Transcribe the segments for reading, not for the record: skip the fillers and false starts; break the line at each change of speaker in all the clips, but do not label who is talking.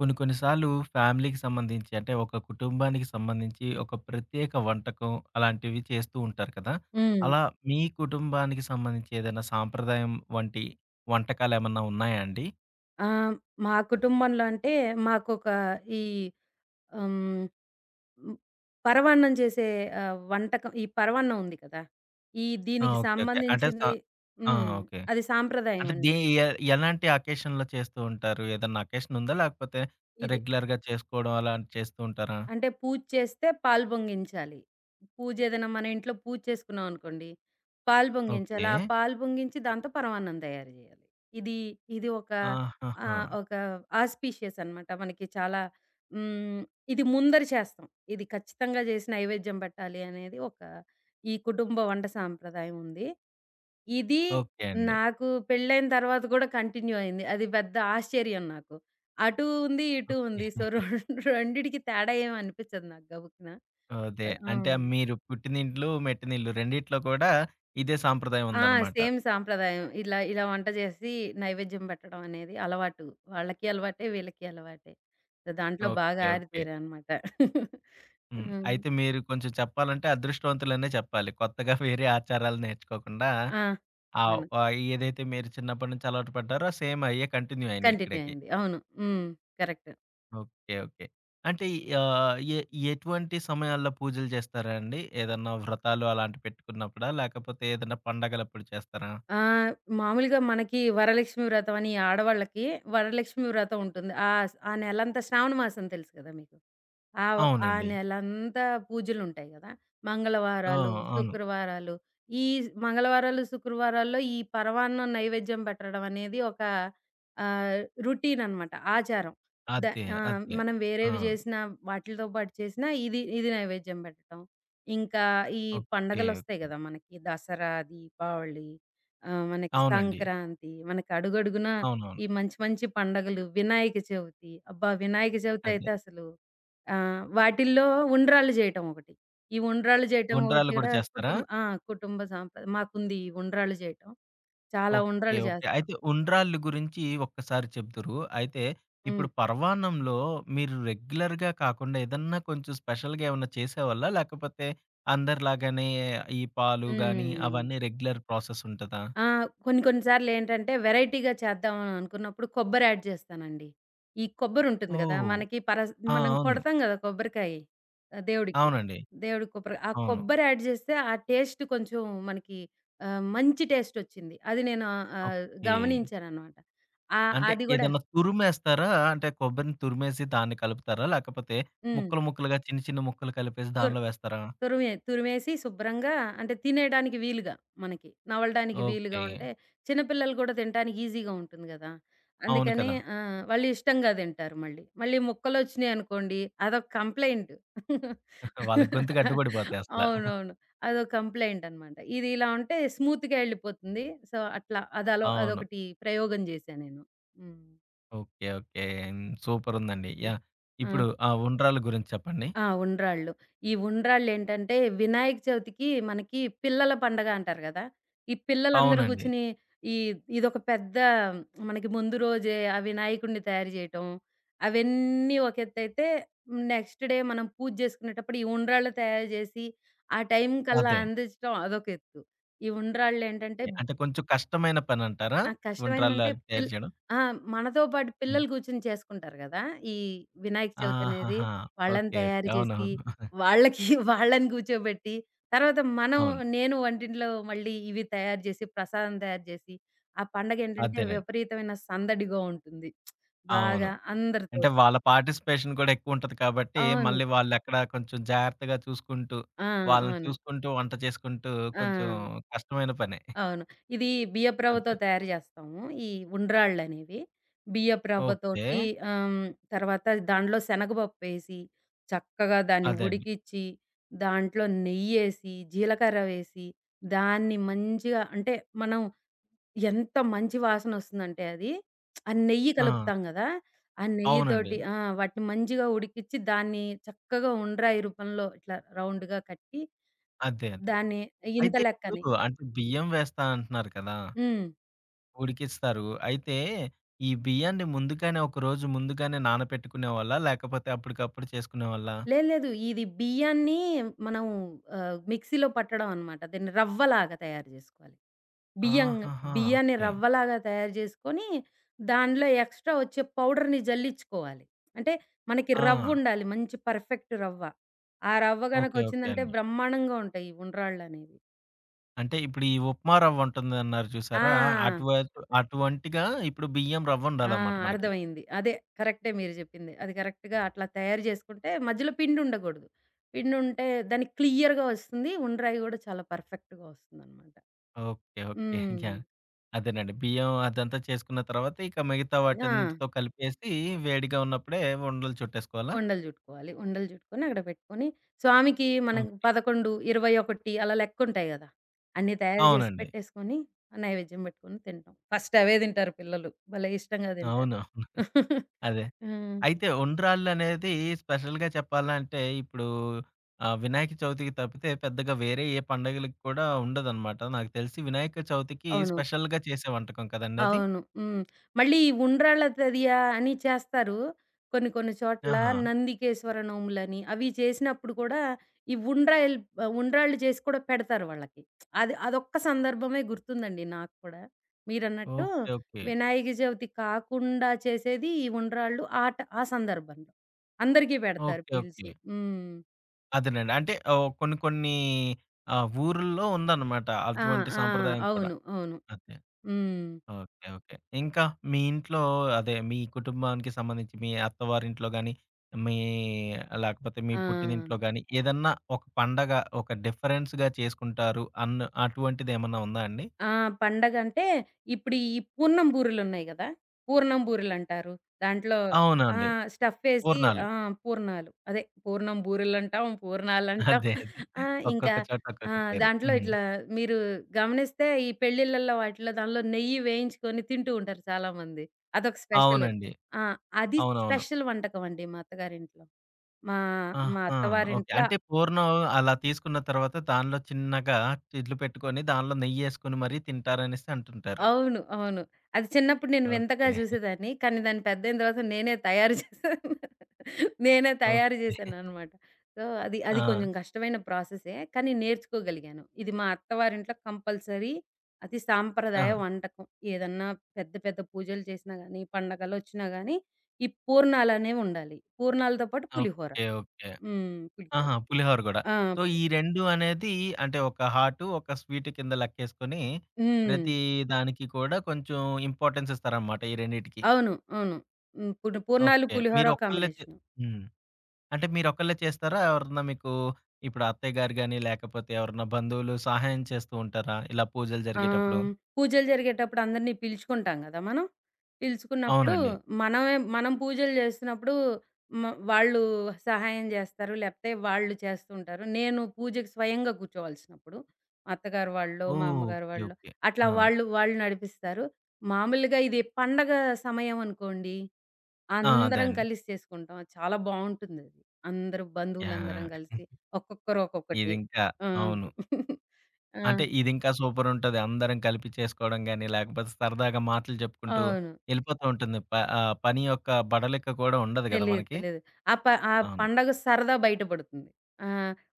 కొన్ని కొన్ని సార్లు ఫ్యామిలీకి సంబంధించి అంటే ఒక కుటుంబానికి సంబంధించి ఒక ప్రత్యేక వంటకం అలాంటివి చేస్తూ ఉంటారు కదా!
హ్మ్.
అలా అవును. మీ కుటుంబానికి సంబంధించి ఏదైనా సాంప్రదాయం వంటి వంటకాలేమన్నా ఉన్నాయా అండి?
ఆహ్, మా కుటుంబంలో అంటే మాకొక ఈ హ్మ్. హ్మ్. పరమాన్నం చేసే వంటకం ఈ పరమాన్నం ఉంది కదా!
ఆ!
దీనికి
ఓకే. ఓకే. అంటే స
సంబంధించింది
ఆ!
హ్మ్.
ఓకే.
అది సాంప్రదాయం
అంటే దే
అండి.
ఎ ఎలాంటి అకేషన్‌లో చేస్తూ ఉంటారు? ఏదన్నా అకేషన్ ఉందా? లేకపోతే
ఇది.
రెగ్యులర్‌గా చేసుకోవడం అలాంటివి చేస్తూ ఉంటారా?
అంటే పూజ చేస్తే పాలు పొంగించాలి. పూజ ఏదైనా మన ఇంట్లో పూజ చేసుకున్నాం అనుకోండి, పాలు పొంగించాలి.
ఓకే.
ఆ పాలు పొంగించి దాంతో పరమాన్నం తయారు జేయాలి. ఇది, ఇది ఒక
ఆహాహా!
ఆహ్, ఒక ఆస్పీషియస్ అనమాట. మనకి చాలా హ్మ్. ఇది ముందర చేస్తాం. ఇది ఖచ్చితంగా చేసి నైవేద్యం పెట్టాలి అనేది ఒక ఈ కుటుంబ వంట సాంప్రదాయం ఉంది. ఇది
ఓకే అండి.
నాకు పెళ్ళైన తర్వాత కూడా కంటిన్యూ అయింది. అది పెద్ద ఆశ్చర్యం నాకు. అటూ ఉంది, ఇటూ
ఓకే.
ఉంది. సో, రెండిటికి తేడా ఏమి అనిపిచ్చదు నాకు గబుక్కున.
అదే. అంటే
హ్మ్.
మీరు పుట్టినిల్లు, మెట్టినిల్లు రెండిట్లో కూడా ఇదే సాంప్రదాయం
ఆ!
ఉందన్నమాట.
సేమ్ సాంప్రదాయం. ఇలా ఇలా వంట జేసి నైవేద్యం పెట్టడం అనేది అలవాటు. వాళ్ళకి అలవాటే, వీళ్ళకి అలవాటే. సో, దాంట్లో బాగా
ఓకే. ఓకే.
ఆరితేరానమాట.
హ్మ్.
హ్మ్.
అయితే మీరు కొంచెం చెప్పాలంటే అదృష్టవంతులనే చెప్పాలి. కొత్తగా వేరే ఆచారాలు నేర్చుకోకుండా
ఆ! అవును.
ఏదైతే మీరు చిన్నప్పటి నుంచి అలవాటు పడ్డారో సేమ్ అయ్యే కంటిన్యూ అయినాయి
కంటిన్యూ
ఇక్కడికి.
అయింది. అవును. హ్మ్. కరెక్ట్.
ఓకే. ఓకే. అంటే ఆహ్, ఎ ఎటువంటి సమయాల్లో పూజలు చేస్తారా అండి? ఏదన్నా వ్రతాలు అలాంటివి పెట్టుకున్నప్పుడా? లేకపోతే ఏదైనా పండగలప్పుడు చేస్తారా?
ఆ! మామూలుగా మనకి వరలక్ష్మి వ్రతం అని ఆడవాళ్ళకి వరలక్ష్మి వ్రతం ఉంటుంది. ఆ నెలంతా శ్రావణ మాసం తెలుసు కదా మీకు. ఆవ్. ఆ
అవునండి.
నెలంతా పూజలుంటాయి గదా!
ఆ!
మంగళవారాలు,
అవును.
శుక్రవారాలు. ఈ మంగళవారాలు, శుక్రవారాల్లో ఈ పరవాన్నం నైవేద్యం పెట్టడం అనేది ఒక ఆహ్, రొటీన్ అనమాట. ఆచారం. ద
అదే. అదే.
మనం
ఆ!
వేరేవి చేసినా వాటిలతో పాటు చేసినా ఇది ఇది నైవేద్యం పెట్టటం. ఇంకా ఈ
ఓకే.
పండగలొస్తాయి
ఓకే.
గదా! మనకి దసరా, దీపావళి. ఆ! మనకి
అవునండి.
సంక్రాంతి, మనకి అడుగడుగునా
అవునవును.
ఈ మంచి మంచి పండగలు, వినాయక చవితి. అబ్బా! వినాయక చవితి
అదే.
అయితే అసలు వాటిల్లో ఉండ్రాళ్ళు చేయటం ఒకటి. ఈ ఉండ్రాళ్ళు చేయటం ఒకటి
ఉండ్రాళ్ళు కూడా
కూడా
చేస్తారా?
కుటుంబ ఆ! కుటుంబ సాంప్ర మాకుంది ఈ ఉండ్రాళ్ళు చేయటం. చాలా
ఓకే.
ఉండ్రాళ్ళు
ఓకే.
చేస్తాం.
అయితే ఉండ్రాళ్ళు గురించి ఒక్కసారి చెప్దురు. అయితే ఇప్పుడు
హ్మ్.
పరవాన్నంలో మీరు రెగ్యులర్‌గా కాకుండా ఏదన్నా కొంచెం స్పెషల్‌గా ఏమన్నా చేసేవాళ్ళా? లేకపోతే అందరిలాగానే ఈ పాలు గాని
హ్మ్.
అవన్నీ రెగ్యులర్ ప్రాసెస్ ఉంటదా?
ఆ! కొన్ని కొన్ని సార్లేంటంటే వెరైటీగా చేద్దాం అని అనుకున్నప్పుడు కొబ్బరి యాడ్ చేస్తానండి. ఈ కొబ్బరుంటుంది గదా!
ఓహ్!
మనకి
ఆ!
మనం
అవును.
కొడతాం గదా! కొబ్బరికాయి దేవుడికి.
అవునండి.
దేవుడి కొబ్బరి, ఆ
అవును.
కొబ్బరి యాడ్ చేస్తే ఆ టేస్ట్ కొంచెం మనకి మంచి టేస్టొచ్చింది. అది నేను
ఓకే.
గమనించాననమాట. ఆ!
అంటే
అది గూడా
ఏదన్నా తురుమేస్తారా? అంటే కొబ్బరిని తురిమేసి దాన్ని కలుపుతారా? లేకపోతే
హ్మ్.
ముక్కలు ముక్కలుగా చిన్న చిన్న ముక్కలు కలిపేసి
తుర్
దానిలో వేస్తారా?
తురిమే తురిమేసి శుభ్రంగా, అంటే తినేయడానికి వీలుగా మనకి, నమలడానికి వీలుగా
ఓకే.
ఉంటే, చిన్న పిల్లలు కూడా తినటానికి ఈజీగా ఉంటుంది గదా!
అవును
అందుకని
కదా!
ఆ! వాళ్ళు ఇష్టంగా తింటారు. మళ్ళీ, మళ్ళీ ముక్కలొచ్చినాయనుకోండి అదొక కంప్లెయింట్.
వాళ్ళ గొంతుకి అడ్డుపడిపోతాయి అసల.
అవునవును. అదో కంప్లెయింట్ అన్నమాట. ఇది ఇలా ఉంటే స్మూత్‌గా ఎళ్ళిపోతుంది. సో, అట్లా అదలో
అవును.
అదొకటి ప్రయోగం జేశా నేను. హ్మ్.
ఓకే. ఓకే. హ్మ్. సూపరుందండి. యాహ్!
ఆ!
ఇప్పుడు ఆ ఉండ్రాళ్ళ గురించి చెప్పండి.
ఆ! ఉండ్రాళ్ళు. ఈ ఉండ్రాళ్ళేంటంటే, వినాయక చవితికి మనకి పిల్లల పండగ అంటారు గదా! ఈ పిల్లలందరూ
అవునండి.
గూర్చొని ఈ ఇదొక పెద్ద, మనకి ముందు రోజే ఆ వినాయకుడిని తయారు జేయటం, అవన్నీ ఒక ఎత్తైతే, నెక్స్ట్ డే మనం పూజ జేసుకునేటప్పుడు ఈ ఉండ్రాళ్ళు తయారు జేసి, ఆ టైం కల్లా
అదే.
అందించటం అదొక ఎత్తు. ఈ ఉండ్రాళ్ళేంటంటే
అంటే కొంచెం కష్టమైన పనంటారా?
ఆ!
ఉండ్రాళ్ళు
కష్టమేందంటే
అవి తయారు
పిల్
చేయడం?
ఆ! మనతో పాటు
హ్మ్.
పిల్లలు కూర్చొని చేసుకుంటారు గదా! ఈ వినాయక చవితి అనేది.
ఆహాహా!
వాళ్ళని
ఓకే.
తయారు
ఓకే.
జేసి,
అవునవును.
వాళ్ళకి వాళ్ళని కూర్చోబెట్టి, తర్వాత మనం,
అవును.
నేను వంటింట్లో మళ్ళీ ఇవి తయారు జేసి, ప్రసాదం తయారు జేసి, ఆ పండగేంటంటే
అదేనండి.
విపరీతమైన సందడిగా ఉంటుంది.
అవును.
బాగా
అంటే
అందరితోటి.
వాళ్ళ పార్టిసిపేషన్ కూడా ఎక్కువుంటది కాబట్టి,
అవును.
మళ్ళీ వాళ్ళెక్కడ కొంచెం జాగ్రత్తగా చూసుకుంటూ,
ఆ!
వాళ్ళని
అవును.
చూసుకుంటూ, వంట చేసుకుంటూ
ఆ!
కొంచెం కష్టమైన పనే.
అవును. ఇది బియ్యపు రవ్వతో
అంతే.
తయారు జేస్తాము, ఈ ఉండ్రాళ్ళనేవి. బియ్యపు
ఓకే.
రవ్వతోటి హ్మ్, తర్వాత దాంట్లో శనగపప్పేసి, చక్కగా దాన్ని
అదే అండి.
ఉడికిచ్చి, దాంట్లో నెయ్యేసి, జీలకర్ర వేసి, దాన్ని మంచిగా అంటే, మనం ఎంత మంచి వాసనొస్తుందంటే అది, ఆ నెయ్యి
ఆ!
కలుపుతాం గదా! ఆ
అవునండి.
నెయ్యితోటి ఆ! వాటిని మంచిగా ఉడికిచ్చి, దాన్ని చక్కగా ఉండ్రాయి రూపంలో ఇట్లా రౌండ్‌గా కట్టి,
అదే. అదే.
దాన్ని ఇంత
అయితే
లెక్కని.
ఇప్పుడు అంటే బియ్యం వేస్తా అంటున్నారు కదా!
హ్మ్.
ఉడికిస్తారు. అయితే ఈ బియ్యాన్ని ముందుగానే ఒక రోజు ముందుగానే నానపెట్టుకునేవాళ్ళా? లేకపోతే అప్పటికప్పుడు చేసుకునేవాళ్ళా?
లేదు, లేదు. ఇది బియ్యాన్ని మనం మిక్సీలో పట్టడం అన్నమాట. దీన్ని రవ్వలాగా తయారు జేసుకోవాలి. బియ్యం
ఆహాహా!
బియ్యాన్ని
ఓకే.
రవ్వలాగా తయారు జేసుకొని, దాంట్లో ఎక్స్‌ట్రా వచ్చే పౌడర్‌ని జల్లించుకోవాలి. అంటే మనకి
ఆ!
రవ్వుండాలి. మంచి పర్ఫెక్ట్ రవ్వ. ఆ రవ్వ గనక
ఓకే. ఓకే
వచ్చిందంటే
అండి.
బ్రహ్మాండంగా ఉంటాయి ఈ ఉండ్రాళ్ళనేవి.
అంటే ఇప్పుడు ఈ ఉప్మా రవ్వుంటుందన్నారు చూసారా?
ఆ!
అటువ అటువంటిగా ఇప్పుడు బియ్యం
ఆ!
రవ్వుండాలనమాట మనకి.
అర్థమైంది. అదే, కరెక్టే మీరు జెప్పింది. అది కరెక్ట్‌గా అట్లా తయారు జేసుకుంటే మధ్యలో పిండుండగూడదు. పిండుంటే దానికి క్లియర్‌గా వస్తుంది. ఉండ్రాయి గూడా చాలా పర్ఫెక్ట్‌గా వస్తుందనమాట.
ఓకే. ఓకే.
హ్మ్.
యాహ్! అదేనండి. బియ్యం అదంతా చేసుకున్న తర్వాత ఇక మిగతా
ఆ!
వాటన్నిటితో కలిపేసి వేడిగా ఉన్నప్పుడే ఉండలు చుట్టేసుకోవాలా?
ఉండలు జుట్టుకోవాలి. ఉండలు జుట్టుకొని అక్కడ పెట్టుకొని స్వామికి మనకు
ఓకే.
11, 21 అలా లెక్కుంటాయి గదా! అన్నీ తయారు జేసి
అవునండి.
పెట్టేసుకొని ఆ నైవేద్యం బెట్టుకొని తింటాం. ఫస్ట్ అవే తింటారు పిల్లలు. భలే ఇష్టంగా తింటారు.
అవును. అవును. అదే.
హ్మ్.
అయితే ఉండ్రాళ్ళనేది స్పెషల్‌గా చెప్పాలంటే ఇప్పుడు వినాయక చవితికి తప్పితే పెద్దగా వేరే ఏ పండగలకి కూడా ఉండదనమాట. నాకు తెలిసి వినాయక చవితికి
అవును.
స్పెషల్‌గా చేసే వంటకం కదండీ అది?
అవును. హ్మ్. మళ్ళీ ఈ ఉండ్రాళ్ళ తదియా అని చేస్తారు. కొన్ని కొన్ని చోట్ల
ఆహా!
నందికేశ్వర నోములని అవి చేసినప్పుడు కూడా ఈ ఉండ్రాయిల్ ఉండ్రాళ్ళు చేసి కూడా పెడతారు వాళ్ళకి. అది అదొక్క సందర్భమే గుర్తుందండి నాకు కూడా. మీరన్నట్టు
ఓకే. ఓకే.
వినాయక చవితి కాకుండా చేసేది ఈ ఉండ్రాళ్ళు ఆట ఆ ట ఆ సందర్భంలో. అందరికీ పెడతారు
ఓకే. ఓకే.
పిలిచి. హ్మ్.
అదేనండి. అంటే కొన్ని కొన్ని ఊరుల్లో ఉందన్నమాట.
ఆ!
అటువంటి
ఆ!
సాంప్రదాయం కూడా.
అవును. అవును.
అదే.
హ్మ్.
ఓకే. ఓకే. ఇంకా మీ ఇంట్లో అదే మీ కుటుంబానికి సంబంధించి మీ అత్తవారింట్లో గాని, మీ లేకపోతే మీ
ఆ!
పుట్టినింట్లో గాని ఏదన్నా ఒక పండగ ఒక డిఫరెన్స్‌గా చేసుకుంటారు అన్న అటువంటిదేమన్నా ఉందా అండి?
ఆ! పండగంటే ఇప్పుడు ఈ పూర్ణం బూరెలున్నాయి గదా! పూర్ణం బూరెలంటారు. దాంట్లో ఆ!
అవునండి.
స్టఫేసి.
పూర్ణాలు.
ఆ! పూర్ణాలు. అదే పూర్ణం బూరెలంటాం, పూర్ణాలంటాం.
అదే. అదే.
ఆ! ఇంకా
ఒక్కొక్క చోట
ఆ!
ఒక్కొక్క పేరు.
దాంట్లో
హ్మ్.
ఇట్లా మీరు గమనిస్తే ఈ పెళ్ళిళ్ళల్లో వాటిలో దానిలో నెయ్యి వేయించుకొని తింటూ ఉంటారు చాలామంది. అదొక స్పెషల్.
అవునండి.
ఆ! అది
అవునవును.
స్పెషల్ వంటకమండి మా అత్తగారింట్లో. మా మా
ఆహా! ఓకే.
అత్తవారింట్ల.
అంటే పూర్ణం అలా తీసుకున్న తర్వాత దానిలో చిన్నగా చిల్లు పెట్టుకొని దానిలో నెయ్యేసుకొని మరీ తింటారనేసి అంటుంటారు.
అవును. అవును. అది చిన్నప్పుడు నేను వింతగా
ఓకే.
జూసేదాన్ని. కానీ దాన్ని పెద్దయిన తర్వాత నేనే తయారు చేశాను. నేనే తయారు
ఓకే.
జేశాననమాట. సో, అది
ఆ!
అది కొంచెం కష్టమైన ప్రాసెసే. కానీ నేర్చుకోగలిగాను. ఇది మా అత్తవారింట్లో కంపల్సరీ అతి
ఆ!
సాంప్రదాయ వంటకం. ఏదన్నా పెద్ద పెద్ద పూజలు చేసినా గానీ, పండగలొచ్చినా గానీ, ఈ పూర్ణాలనేవుండాలి. పూర్ణాలతో పాటు పులిహోర.
ఓకే. ఓకే.
హ్మ్. పులిహోర.
ఆహా! పులిహోర గూడా.
ఆ!
సో,
పులి.
ఈ 2 అనేది అంటే ఒక హాటు, ఒక స్వీటు కింద లెక్కేసుకొని
హ్మ్.
ప్రతి దానికి కూడా కొంచెం ఇంపార్టెన్స్ ఇస్తారనమాట ఈ రెండిటికి.
అవును. అవును. హ్మ్. పూర్ణాలు,
ఓకే.
పులిహోర
మీరొక్కళ్ళే చే
కాంబినేషను.
హ్మ్. అంటే మీరొక్కళ్ళే చేస్తారా? ఎవరన్నా మీకు ఇప్పుడు అత్తయ్య గారు గాని, లేకపోతే ఎవరన్నా బంధువులు సహాయం చేస్తూ ఉంటారా? ఇలా పూజలు జరిగేటప్పుడు?
ఆహ్, పూజలు జరిగేటప్పుడు అందరిని పిలుచుకుంటాం గదా మనం. పిలుచుకున్నప్పుడు
అవునండి.
మనం పూజలు చేస్తున్నప్పుడు మ వాళ్ళు సహాయం జేస్తారు. లేపోతే వాళ్ళు చేస్తూ ఉంటారు. నేను పూజకి స్వయంగా కూర్చోవాల్సినప్పుడు మా అత్తగారు వాళ్ళో, మా అమ్మగారు
ఓకే.
వాళ్ళో
ఓకే.
అట్లా
ఆ!
వాళ్ళు వాళ్ళు నడిపిస్తారు. మామూలుగా ఇది పండగ సమయం అనుకోండి,
ఆ! అదే
అందరం
అండి.
కలిసి చేసుకుంటాం. అది చాలా బావుంటుందది. అందరూ బంధువులందరం
యాహ్!
కలిసి ఒక్కొక్కరు ఒక్కొక్కటి.
ఇదింకా
ఆ!
అవును.
ఆ!
అంటే ఇదింకా సూపరుంటది. అందరం కలిపి చేసుకోవడం గాని, లేకపోతే సరదాగా మాటలు చెప్పుకుంటూ
అవును.
ఎళ్ళిపోతూ ఉంటుంది. పని యొక్క బడలిక కూడా ఉండదు గదా!
తెలీదు.
మనకి.
తెలీదు. ఆ ప ఆ
అవును.
పండగ సరదా బయటపడుతుంది. ఆ!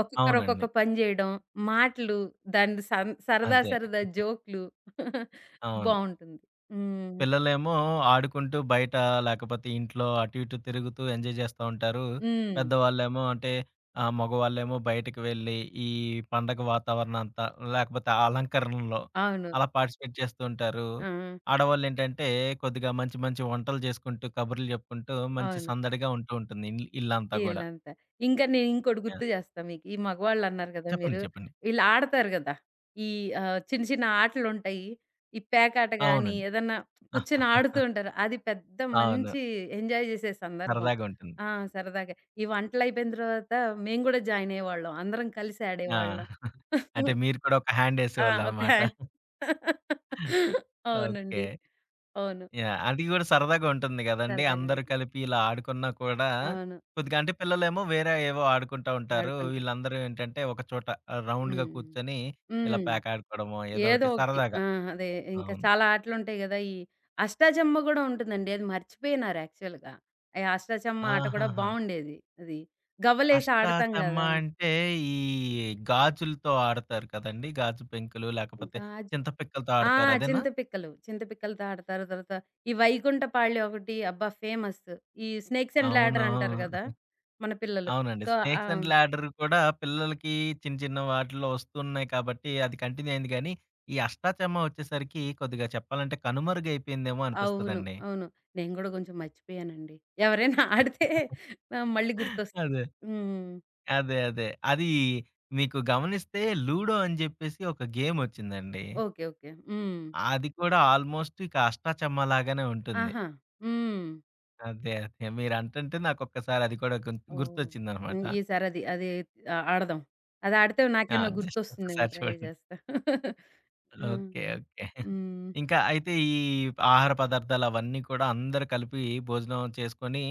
ఒక్కొక్కరు
అవునండి.
ఒక్కొక్క పని జేయడం, మాటలు, దాని సన్ సరదా
అదే.
సరదా జోక్‌లు.
అవును.
బావుంటుంది. హ్మ్.
పిల్లలేమో ఆడుకుంటూ బయట లేకపోతే ఇంట్లో అటు ఇటు తిరుగుతూ ఎంజాయ్ చేస్తా ఉంటారు.
హ్మ్.
పెద్దవాళ్ళేమో అంటే మగవాళ్ళేమో బయటకి వెళ్ళి ఈ పండగ వాతావరణం అంతా లేకపోతే ఆ అలంకరణలో
అవును.
అలా పార్టిసిపేట్ చేస్తూ ఉంటారు.
ఆ!
ఆడవాళ్ళేంటంటే కొద్దిగా మంచి మంచి వంటలు చేసుకుంటూ, కబుర్లు చెప్పుకుంటూ మంచి
అవును.
సందడిగా ఉంటూ ఉంటుంది ఇల్లంతా గూడా.
ఈళ్ళంతా. ఇంకా నేను ఇంకోటి
ఆ!
గుర్తు చేస్తా మీకు. ఈ మగవాళ్ళన్నారు కదా
చెప్పండి.
మీరు.
చెప్పండి.
వీళ్ళు ఆడతారు గదా! ఈ చిన్న చిన్న ఆటలుంటాయి. ఈ పేకాట గాని,
అవునండి.
ఏదన్నా కూర్చొని ఆడుతూ ఉంటారు. అది పెద్ద
అవును.
మంచి ఎంజాయ్ చేసే సందర్భం.
సరదాగా ఉంటుంది.
ఆ! సరదాగా. ఈ వంటలయిపోయిన తర్వాత మేము గూడా జాయిన్ అయ్యేవాళ్ళం. అందరం కలిసి
ఆ!
ఆడేవాళ్ళం.
అంటే మీరు కూడా ఒక
ఆ! ఒక
హ్యాండేసేవాళ్ళనమాట.
హ్యాన్
ఓకే.
అవునండి. అవును.
యాహ్! అది గూడా సరదాగా ఉంటుంది గదండీ!
సరదాగా
అందరూ
అనుకుంటా.
కలిపి ఇలా ఆడుకున్నా కూడా,
అవును.
కొద్దిగా అంటే పిల్లలేమో వేరే ఏవో ఆడుకుంటా ఉంటారు.
ఆడుకుంటాం.
వీళ్ళందరూ ఏంటంటే ఒక చోట రౌండ్‌గా
హ్మ్.
కూర్చొని ఇలా
హ్మ్.
పేక ఆడుకోవడమో ఏదో
ఏదో
ఒకటి
ఒకటి.
సరదాగా.
ఆ! అదే, ఇంకా
అవును.
చాలా ఆటలుంటాయి గదా! ఈ అష్టాచమ్మా గూడా ఉంటుందండి. అది మర్చిపోయినారు యాక్చువల్‌గా. ఈ అష్టాచమ్మా ఆట కూడా
ఆహాహా!
బావుండేది. అది గవ్వలేసి ఆడతాం
అష్టాచమ్మ
గదా!
అంటే ఈ గాజులతో ఆడతారు కదండీ! గాజు పెంకులు లేకపోతే
గాజు.
చింతపిక్కలతో
ఆ!
ఆడతారు అదేనా?
చింతపిక్కలు. చింతపిక్కలతో ఆడతారు. తర్వాత ఈ వైకుంఠపాళి ఒకటి అబ్బా! ఫేమస్. ఈ స్నేక్స్ అండ్ లాడర్ అంటారు గదా
అవునవును.
మన పిల్లలు.
అవునండి.
సో ఆ!
'స్నేక్స్ అండ్ ల్యాడర్' కూడా పిల్లలకి చిన్న చిన్న వాటిల్లో వస్తున్నాయి కాబట్టి అది కంటిన్యూ అయింది గానీ, ఈ అష్టాచెమ్మా వచ్చేసరికి కొద్దిగా చెప్పాలంటే కనుమరుగయిపోయిందేమో
అవును.
అనిపిస్తదండి.
అవును. నేను గూడా కొంచెం మర్చిపోయానండి. ఎవరైనా ఆడితే మళ్ళీ గుర్తొస్తుంది.
అదే.
హ్మ్.
అదే. అదే. అది మీకు గమనిస్తే 'లూడో' అని జెప్పేసి ఒక గేమొచ్చిందండి.
ఓకే. ఓకే. హ్మ్.
అది కూడా ఆల్‌మోస్ట్ ఇక అష్టాచెమ్మా లాగానే ఉంటుంది.
ఆహా! హ్మ్.
అదే. అదే. మీరంటుంటే నాకొక్కసారి అది కూడా
ఓహ్!
గుర్తొచ్చిందనమాట.
హ్మ్. ఈసారి అది అది ఆడదాం. అది ఆడితే
ఆ!
నాకేమన్నా
జస్ట్
గుర్తొస్తుందేమో
ఒక్కసారి
ట్రై
చూడండి.
చేస్తా. ఆ!
ఓకే. ఓకే.
హ్మ్.
ఇంకా అయితే ఈ ఆహార పదార్థాలవన్నీ కూడా అందరూ కలిపి భోజనం చేసుకొని,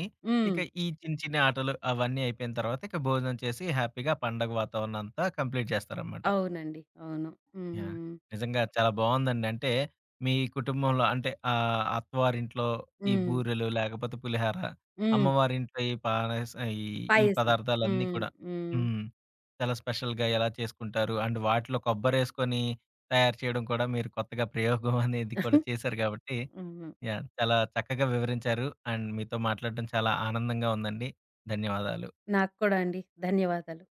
ఇక
హ్మ్.
ఈ చిన్న చిన్న ఆటలు అవన్నీ అయిపోయిన తర్వాత, ఇక భోజనం చేసి హ్యాపీగా పండగ వాతావరణం అంతా కంప్లీట్ చేస్తారనమాట.
అవునండి. అవును.
యాహ్!
హ్మ్.
నిజంగా చాలా బావుందండి. అంటే మీ కుటుంబంలో అంటే అత్తవారింట్లో ఈ
హ్మ్.
బూరెలు, లేకపోతే పులిహార,
హ్మ్.
అమ్మవారింట్లో ఈ పాయసం ఈ ఈ
పాయసం.
పదార్థాలన్నీ
హ్మ్.
కూడా
హ్మ్.
హ్మ్. చాలా స్పెషల్‌గా ఎలా చేసుకుంటారు? అండ్ వాటిలో కొబ్బరేసుకొని తయారు చేయడం కూడా మీరు కొత్తగా ప్రయోగం అనేది కూడా చేశారు కాబట్టి
అవును.
యాహ్! చాలా చక్కగా వివరించారు. అండ్ మీతో మాట్లాడడం చాలా ఆనందంగా ఉందండి. ధన్యవాదాలు.
నాకు కూడా అండి. ధన్యవాదాలు.